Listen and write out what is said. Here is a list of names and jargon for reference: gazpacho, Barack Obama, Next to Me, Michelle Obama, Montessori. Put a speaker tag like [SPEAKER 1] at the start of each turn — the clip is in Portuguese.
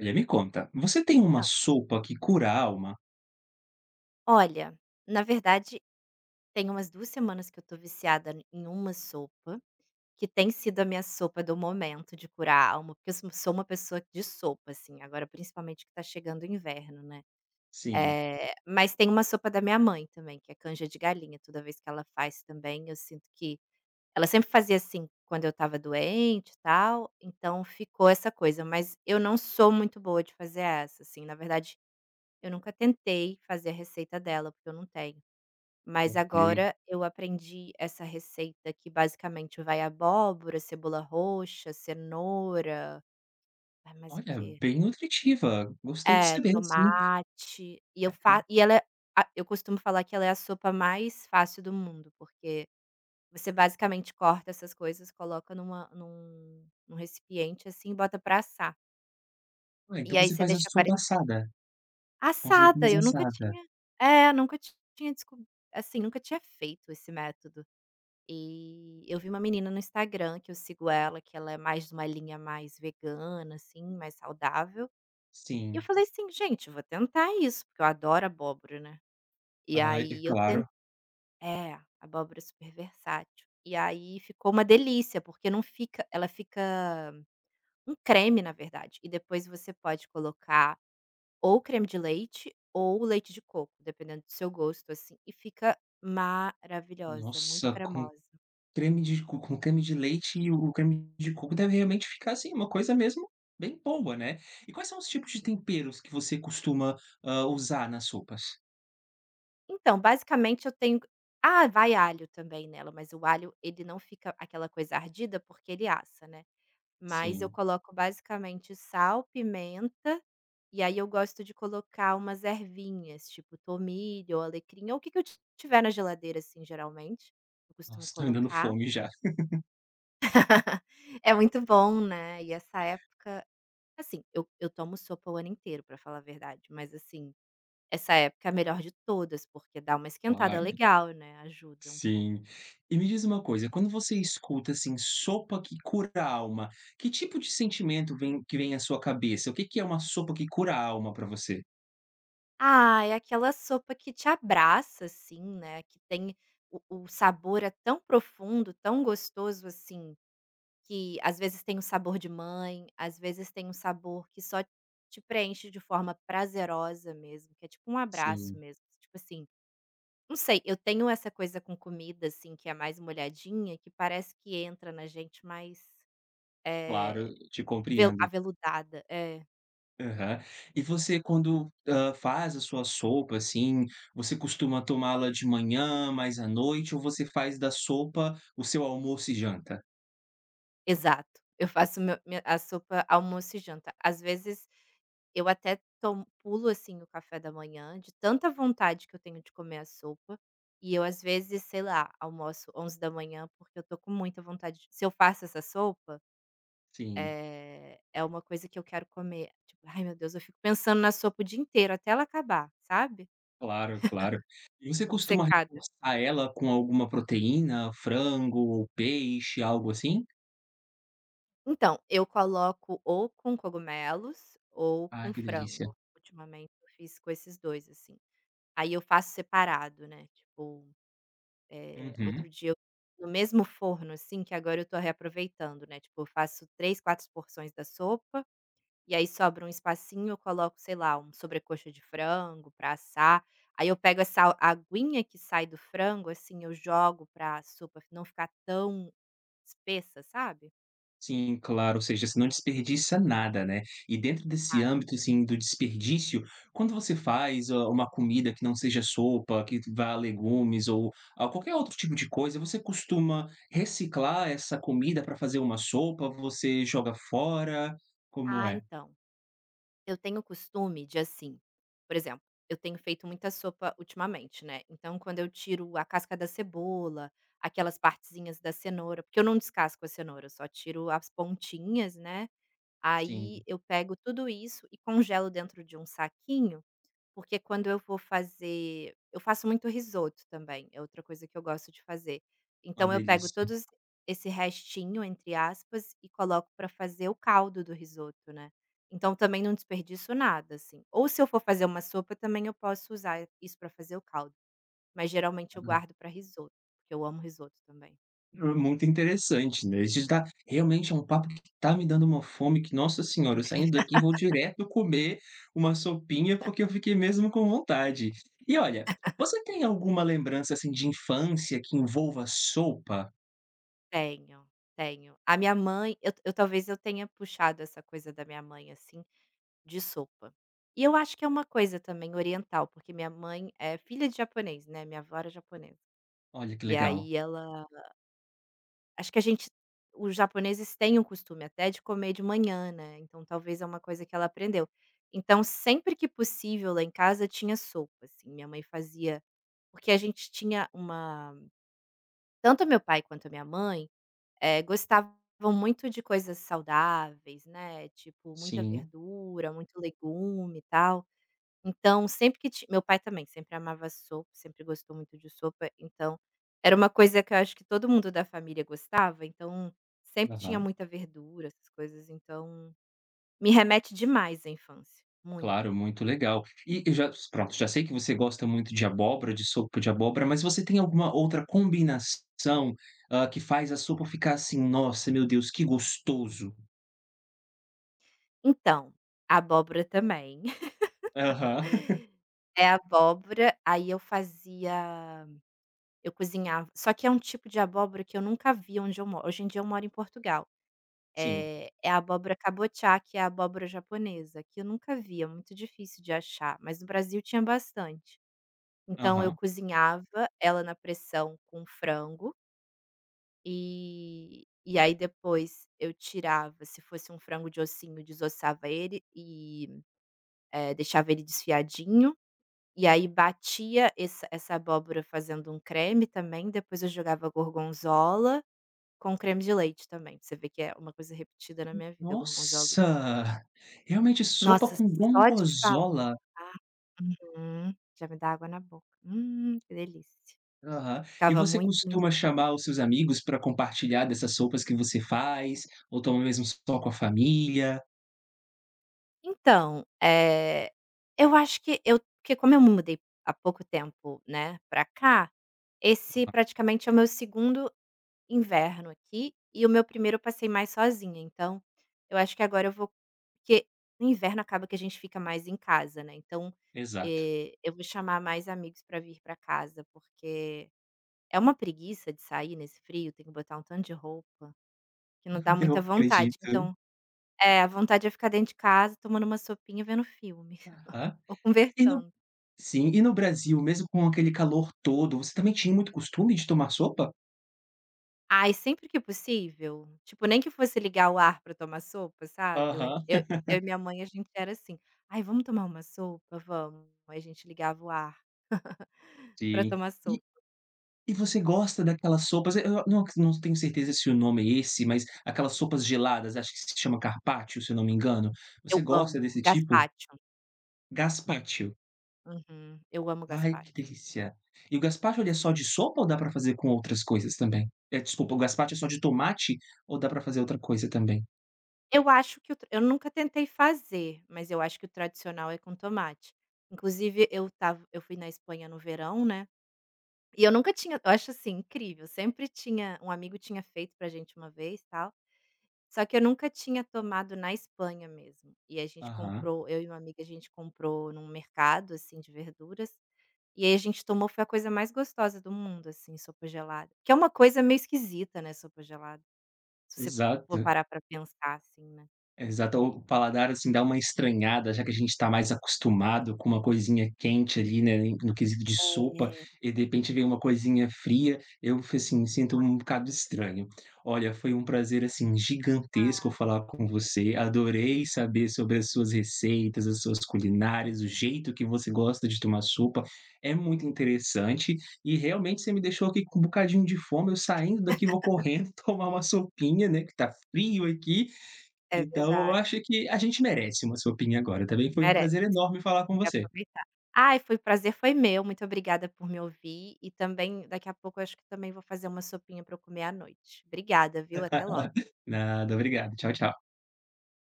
[SPEAKER 1] Olha, me conta, você tem uma
[SPEAKER 2] Então,
[SPEAKER 1] sopa que cura a alma?
[SPEAKER 2] olha, na verdade, tem umas 2 semanas que eu tô viciada n em uma sopa, que tem sido a minha sopa do momento de curar a alma, porque eu sou uma pessoa de sopa, assim, agora principalmente que tá chegando o inverno, né.
[SPEAKER 1] Sim,
[SPEAKER 2] Mas tem uma sopa da minha mãe também, que é canja de galinha, toda vez que ela faz também eu sinto que ela sempre fazia, assim, quando eu estava doente e tal, então ficou essa coisa, mas eu não sou muito boa de fazer essa, assim, na verdade, eu nunca tentei fazer a receita dela, porque eu não tenho. Mas
[SPEAKER 1] ok.
[SPEAKER 2] agora eu aprendi essa receita que basicamente vai abóbora, cebola roxa, cenoura, vai mais o
[SPEAKER 1] Olha,
[SPEAKER 2] quê?
[SPEAKER 1] bem nutritiva, gostei de
[SPEAKER 2] É,
[SPEAKER 1] saber, sim.
[SPEAKER 2] tomate, e eu costumo falar que ela é a sopa mais fácil do mundo, porque você basicamente corta essas coisas, coloca num recipiente, assim, e bota pra assar.
[SPEAKER 1] Ué, então
[SPEAKER 2] E aí
[SPEAKER 1] você
[SPEAKER 2] você
[SPEAKER 1] faz a
[SPEAKER 2] deixa
[SPEAKER 1] sopa
[SPEAKER 2] 40.
[SPEAKER 1] assada, com os
[SPEAKER 2] Assada,
[SPEAKER 1] legumes
[SPEAKER 2] eu nunca
[SPEAKER 1] assada.
[SPEAKER 2] tinha é, nunca tinha desco assim, nunca tinha feito esse método. E eu vi uma menina no Instagram que eu sigo ela, que ela é mais de uma linha mais vegana, assim, mais saudável. E eu
[SPEAKER 1] Sim,
[SPEAKER 2] falei assim: "Gente, eu vou tentar isso, porque eu adoro abóbora, né". E
[SPEAKER 1] ah, é
[SPEAKER 2] aí eu ten
[SPEAKER 1] claro.
[SPEAKER 2] É, abóbora é super versátil. E aí ficou uma delícia, porque não fica ela fica um creme, na verdade, e depois você pode colocar ou creme de leite ou leite de coco, dependendo do seu gosto, assim, e fica maravilhosa, muito
[SPEAKER 1] Nossa, com
[SPEAKER 2] cremosa.
[SPEAKER 1] creme de co com creme de leite e o creme de coco deve realmente ficar, assim, uma coisa mesmo bem boa, né. E quais são os tipos de temperos que você costuma, usar nas sopas?
[SPEAKER 2] Então, basicamente vai alho também nela, mas o alho ele não fica aquela coisa ardida, porque ele assa, né. Mas eu
[SPEAKER 1] Sim.
[SPEAKER 2] coloco basicamente sal, pimenta, e aí eu gosto de colocar umas ervinhas, tipo tomilho ou alecrim, ou o que que eu ti tiver na geladeira, assim, geralmente, eu costumo
[SPEAKER 1] Nossa, tá me dando
[SPEAKER 2] colocar.
[SPEAKER 1] fome já,
[SPEAKER 2] É muito bom, né, e essa época assim, eu tomo sopa o ano inteiro, pra falar a verdade, mas assim essa época é a melhor de todas, porque dá uma esquentada
[SPEAKER 1] claro.
[SPEAKER 2] legal, né, ajuda um pouco.
[SPEAKER 1] Sim. E me diz uma coisa, quando você escuta, assim, "sopa que cura a alma", que tipo de sentimento vem à sua cabeça? O que que é uma sopa que cura a alma para você?
[SPEAKER 2] Ah, é aquela sopa que te abraça, assim, né, que tem o sabor é tão profundo, tão gostoso, assim, que às vezes tem o sabor de mãe, às vezes tem um sabor que só te preenche de forma prazerosa mesmo, que é tipo um abraço
[SPEAKER 1] Sim,
[SPEAKER 2] mesmo, tipo assim, não sei, eu tenho essa coisa com comida, assim, que é mais molhadinha, que parece que entra na gente mais,
[SPEAKER 1] claro,
[SPEAKER 2] é
[SPEAKER 1] te
[SPEAKER 2] vel
[SPEAKER 1] compreendo.
[SPEAKER 2] aveludada. É.
[SPEAKER 1] Aham. E você quando, faz a sua sopa, assim, você costuma tomá-la de manhã, mais à noite ou você faz da sopa o seu almoço e janta?
[SPEAKER 2] Exato. Eu faço meu minha a sopa almoço e janta. Às vezes, eu até tomo pulo, assim, o café da manhã, de tanta vontade que eu tenho de comer a sopa, e eu às vezes, sei lá, almoço 11 da manhã porque eu tô com muita vontade de se eu faço essa sopa,
[SPEAKER 1] Sim,
[SPEAKER 2] é uma coisa que eu quero comer. Tipo, ai meu Deus, eu fico pensando na sopa o dia inteiro até ela acabar, sabe,
[SPEAKER 1] claro, claro. E você costuma
[SPEAKER 2] obcecada.
[SPEAKER 1] reforçar ela com alguma proteína, frango ou peixe, algo assim?
[SPEAKER 2] Então, eu coloco ou com cogumelos ou
[SPEAKER 1] Ah,
[SPEAKER 2] com
[SPEAKER 1] que delícia.
[SPEAKER 2] frango. Ultimamente eu fiz com esses 2 assim. Aí eu faço separado, né, tipo,
[SPEAKER 1] Uhum.
[SPEAKER 2] outro dia eu no mesmo forno, assim, que agora eu tô reaproveitando, né, tipo, eu faço 3, 4 porções da sopa, e aí sobra um espacinho, eu coloco, sei lá, um sobrecoxa de frango pra assar, aí eu pego essa aguinha que sai do frango, assim, eu jogo pra sopa não ficar tão espessa, sabe?
[SPEAKER 1] Sim, claro, ou seja, você não desperdiça nada, né. E dentro desse
[SPEAKER 2] Nada.
[SPEAKER 1] âmbito, assim, do desperdício, quando você faz, uma comida que não seja sopa, que vá legumes ou a qualquer outro tipo de coisa, você costuma reciclar essa comida para fazer uma sopa? Você joga fora? Como
[SPEAKER 2] Ah,
[SPEAKER 1] é?
[SPEAKER 2] então. Eu tenho o costume de, assim, por exemplo, eu tenho feito muita sopa ultimamente, né, então quando eu tiro a casca da cebola, aquelas partezinhas da cenoura, porque eu não descasco a cenoura, eu só tiro as pontinhas, né, aí
[SPEAKER 1] Sim,
[SPEAKER 2] eu pego tudo isso e congelo dentro de um saquinho porque quando eu vou fazer eu faço muito risoto também, é outra coisa que eu gosto de fazer.
[SPEAKER 1] uma
[SPEAKER 2] Então eu pego
[SPEAKER 1] delícia.
[SPEAKER 2] todos esse "restinho", entre aspas, e coloco para fazer o caldo do risoto, né. Então também não desperdiço nada, assim. Ou se eu for fazer uma sopa também eu posso usar isso para fazer o caldo, mas geralmente eu guardo para risoto, porque eu amo risoto também.
[SPEAKER 1] Muito interessante, né, isso tá realmente é um papo que tá me dando uma fome que, nossa senhora, eu saindo daqui vou direto comer uma sopinha, porque eu fiquei mesmo com vontade. E olha, você tem alguma lembrança, assim, de infância que envolva sopa?
[SPEAKER 2] Tenho, tenho. A minha mãe eu talvez eu tenha puxado essa coisa da minha mãe, assim. De sopa. E eu acho que é uma coisa também oriental, porque minha mãe é filha de japonês, né, minha avó era japonesa.
[SPEAKER 1] Olha que
[SPEAKER 2] E
[SPEAKER 1] legal.
[SPEAKER 2] aí ela acho que a gente os japoneses têm um costume até de comer de manhã, né, então talvez é uma coisa que ela aprendeu. Então sempre que possível lá em casa tinha sopa, assim, minha mãe fazia porque a gente tinha uma tanto meu pai quanto a minha mãe, gostavam muito de coisas saudáveis, né, tipo muita
[SPEAKER 1] Sim,
[SPEAKER 2] verdura, muito legume e tal. Então, sempre que ti meu pai também sempre amava sopa, sempre gostou muito de sopa, então era uma coisa que eu acho que todo mundo da família gostava, então sempre tinha
[SPEAKER 1] aham,
[SPEAKER 2] muita verdura, essas coisas, então me remete demais à infância, muito.
[SPEAKER 1] claro, muito legal. E eu já pronto, já sei que você gosta muito de abóbora, de sopa de abóbora, mas você tem alguma outra combinação, que faz a sopa ficar assim: "Nossa, meu Deus, que gostoso"?
[SPEAKER 2] Então, a abóbora também.
[SPEAKER 1] Aham.
[SPEAKER 2] É abóbora, aí eu cozinhava só que é um tipo de abóbora que eu nunca vi onde eu moro. Hoje em dia eu moro em Portugal.
[SPEAKER 1] Sim.
[SPEAKER 2] É a abóbora cabotiá, que é a abóbora japonesa, que eu nunca vi, é muito difícil de achar, mas no Brasil tinha bastante. Então eu
[SPEAKER 1] Aham.
[SPEAKER 2] cozinhava ela na pressão com frango, e aí depois eu tirava, se fosse um frango de ossinho, desossava ele e, deixava ele desfiadinho, e aí batia essa abóbora fazendo um creme também, depois eu jogava gorgonzola com creme de leite também, pra você vê que é uma coisa repetida na minha vida, gorgonzola.
[SPEAKER 1] Nossa! Realmente sopa
[SPEAKER 2] Nossa,
[SPEAKER 1] com
[SPEAKER 2] só de falar
[SPEAKER 1] gorgonzola.
[SPEAKER 2] uhum, já me dá água na boca. Que delícia.
[SPEAKER 1] Aham. E
[SPEAKER 2] Ficava
[SPEAKER 1] você
[SPEAKER 2] muito, muito
[SPEAKER 1] costuma
[SPEAKER 2] bom.
[SPEAKER 1] chamar os seus amigos pra compartilhar dessas sopas que você faz, ou toma mesmo só com a família?
[SPEAKER 2] Então, eu acho que eu porque como eu me mudei há pouco tempo, né, pra cá, esse praticamente é o meu segundo inverno aqui, e o meu primeiro eu passei mais sozinha, então, eu acho que agora eu vou porque no inverno acaba que a gente fica mais em casa, né, então,
[SPEAKER 1] Exato.
[SPEAKER 2] eu vou chamar mais amigos pra vir pra casa, porque é uma preguiça de sair nesse frio, tem que botar um tanto de roupa, que não dá
[SPEAKER 1] Eu
[SPEAKER 2] muita vontade,
[SPEAKER 1] acredito.
[SPEAKER 2] então é, a vontade é ficar dentro de casa tomando uma sopinha, vendo filme
[SPEAKER 1] Aham.
[SPEAKER 2] ou
[SPEAKER 1] E
[SPEAKER 2] conversando.
[SPEAKER 1] no Brasil, mesmo com aquele calor todo, você também tinha muito costume de tomar sopa?
[SPEAKER 2] Ai, sempre que possível, tipo, nem que fosse ligar o ar pra tomar sopa, sabe, lá em
[SPEAKER 1] Aham.
[SPEAKER 2] eu e minha mãe, a gente era assim: "Ai, vamos tomar uma sopa? Vamos". Aí a gente ligava o ar pra
[SPEAKER 1] Sim.
[SPEAKER 2] tomar sopa.
[SPEAKER 1] E você gosta daquelas sopas eu não tenho certeza se o nome é esse, mas aquelas sopas geladas, acho que se chama carpaccio, se eu não me engano.
[SPEAKER 2] Eu
[SPEAKER 1] Você gosta
[SPEAKER 2] amo
[SPEAKER 1] desse tipo?
[SPEAKER 2] gazpacho.
[SPEAKER 1] Gazpacho.
[SPEAKER 2] Uhum, eu amo
[SPEAKER 1] Ai, que
[SPEAKER 2] gazpacho.
[SPEAKER 1] delícia. E o gazpacho, ele é só de sopa ou dá pra fazer com outras coisas também? Desculpa, o gazpacho é só de tomate ou dá pra fazer outra coisa também?
[SPEAKER 2] Eu acho que eu nunca tentei fazer, mas eu acho que o tradicional é com tomate. Inclusive eu fui na Espanha no verão, né, e eu nunca tinha eu acho, assim, incrível, sempre tinha um amigo tinha feito pra gente uma vez, tal, só que eu nunca tinha tomado na Espanha mesmo. E a gente
[SPEAKER 1] Aham,
[SPEAKER 2] comprou eu e uma amiga, a gente comprou num mercado, assim, de verduras, e aí a gente tomou, foi a coisa mais gostosa do mundo, assim, sopa gelada. Que é uma coisa meio esquisita, né, sopa gelada, se você for
[SPEAKER 1] exato.
[SPEAKER 2] parar pra pensar, assim,
[SPEAKER 1] Exato, o paladar, assim, dá uma estranhada, já que a gente está mais acostumado com uma coisinha quente ali, né, no quesito de sopa,
[SPEAKER 2] né.
[SPEAKER 1] e de repente vem uma coisinha fria, eu assim, sinto um bocado estranho. Olha, foi um prazer, assim, gigantesco falar com você, adorei saber sobre as suas receitas, as suas culinárias, o jeito que você gosta de tomar sopa, é muito interessante, e realmente você me deixou aqui com um bocadinho de fome, eu saindo daqui vou correndo tomar uma sopinha, né, que tá frio aqui,
[SPEAKER 2] É
[SPEAKER 1] então eu
[SPEAKER 2] verdade,
[SPEAKER 1] acho que a gente merece uma sopinha agora, também foi um
[SPEAKER 2] merece,
[SPEAKER 1] prazer enorme falar com
[SPEAKER 2] tem que
[SPEAKER 1] você.
[SPEAKER 2] aproveitar. Ai, foi meu, muito obrigada por me ouvir e também daqui a pouco eu acho que também vou fazer uma sopinha para eu comer à noite. Obrigada, viu, até logo.
[SPEAKER 1] Nada, obrigado. Tchau, tchau.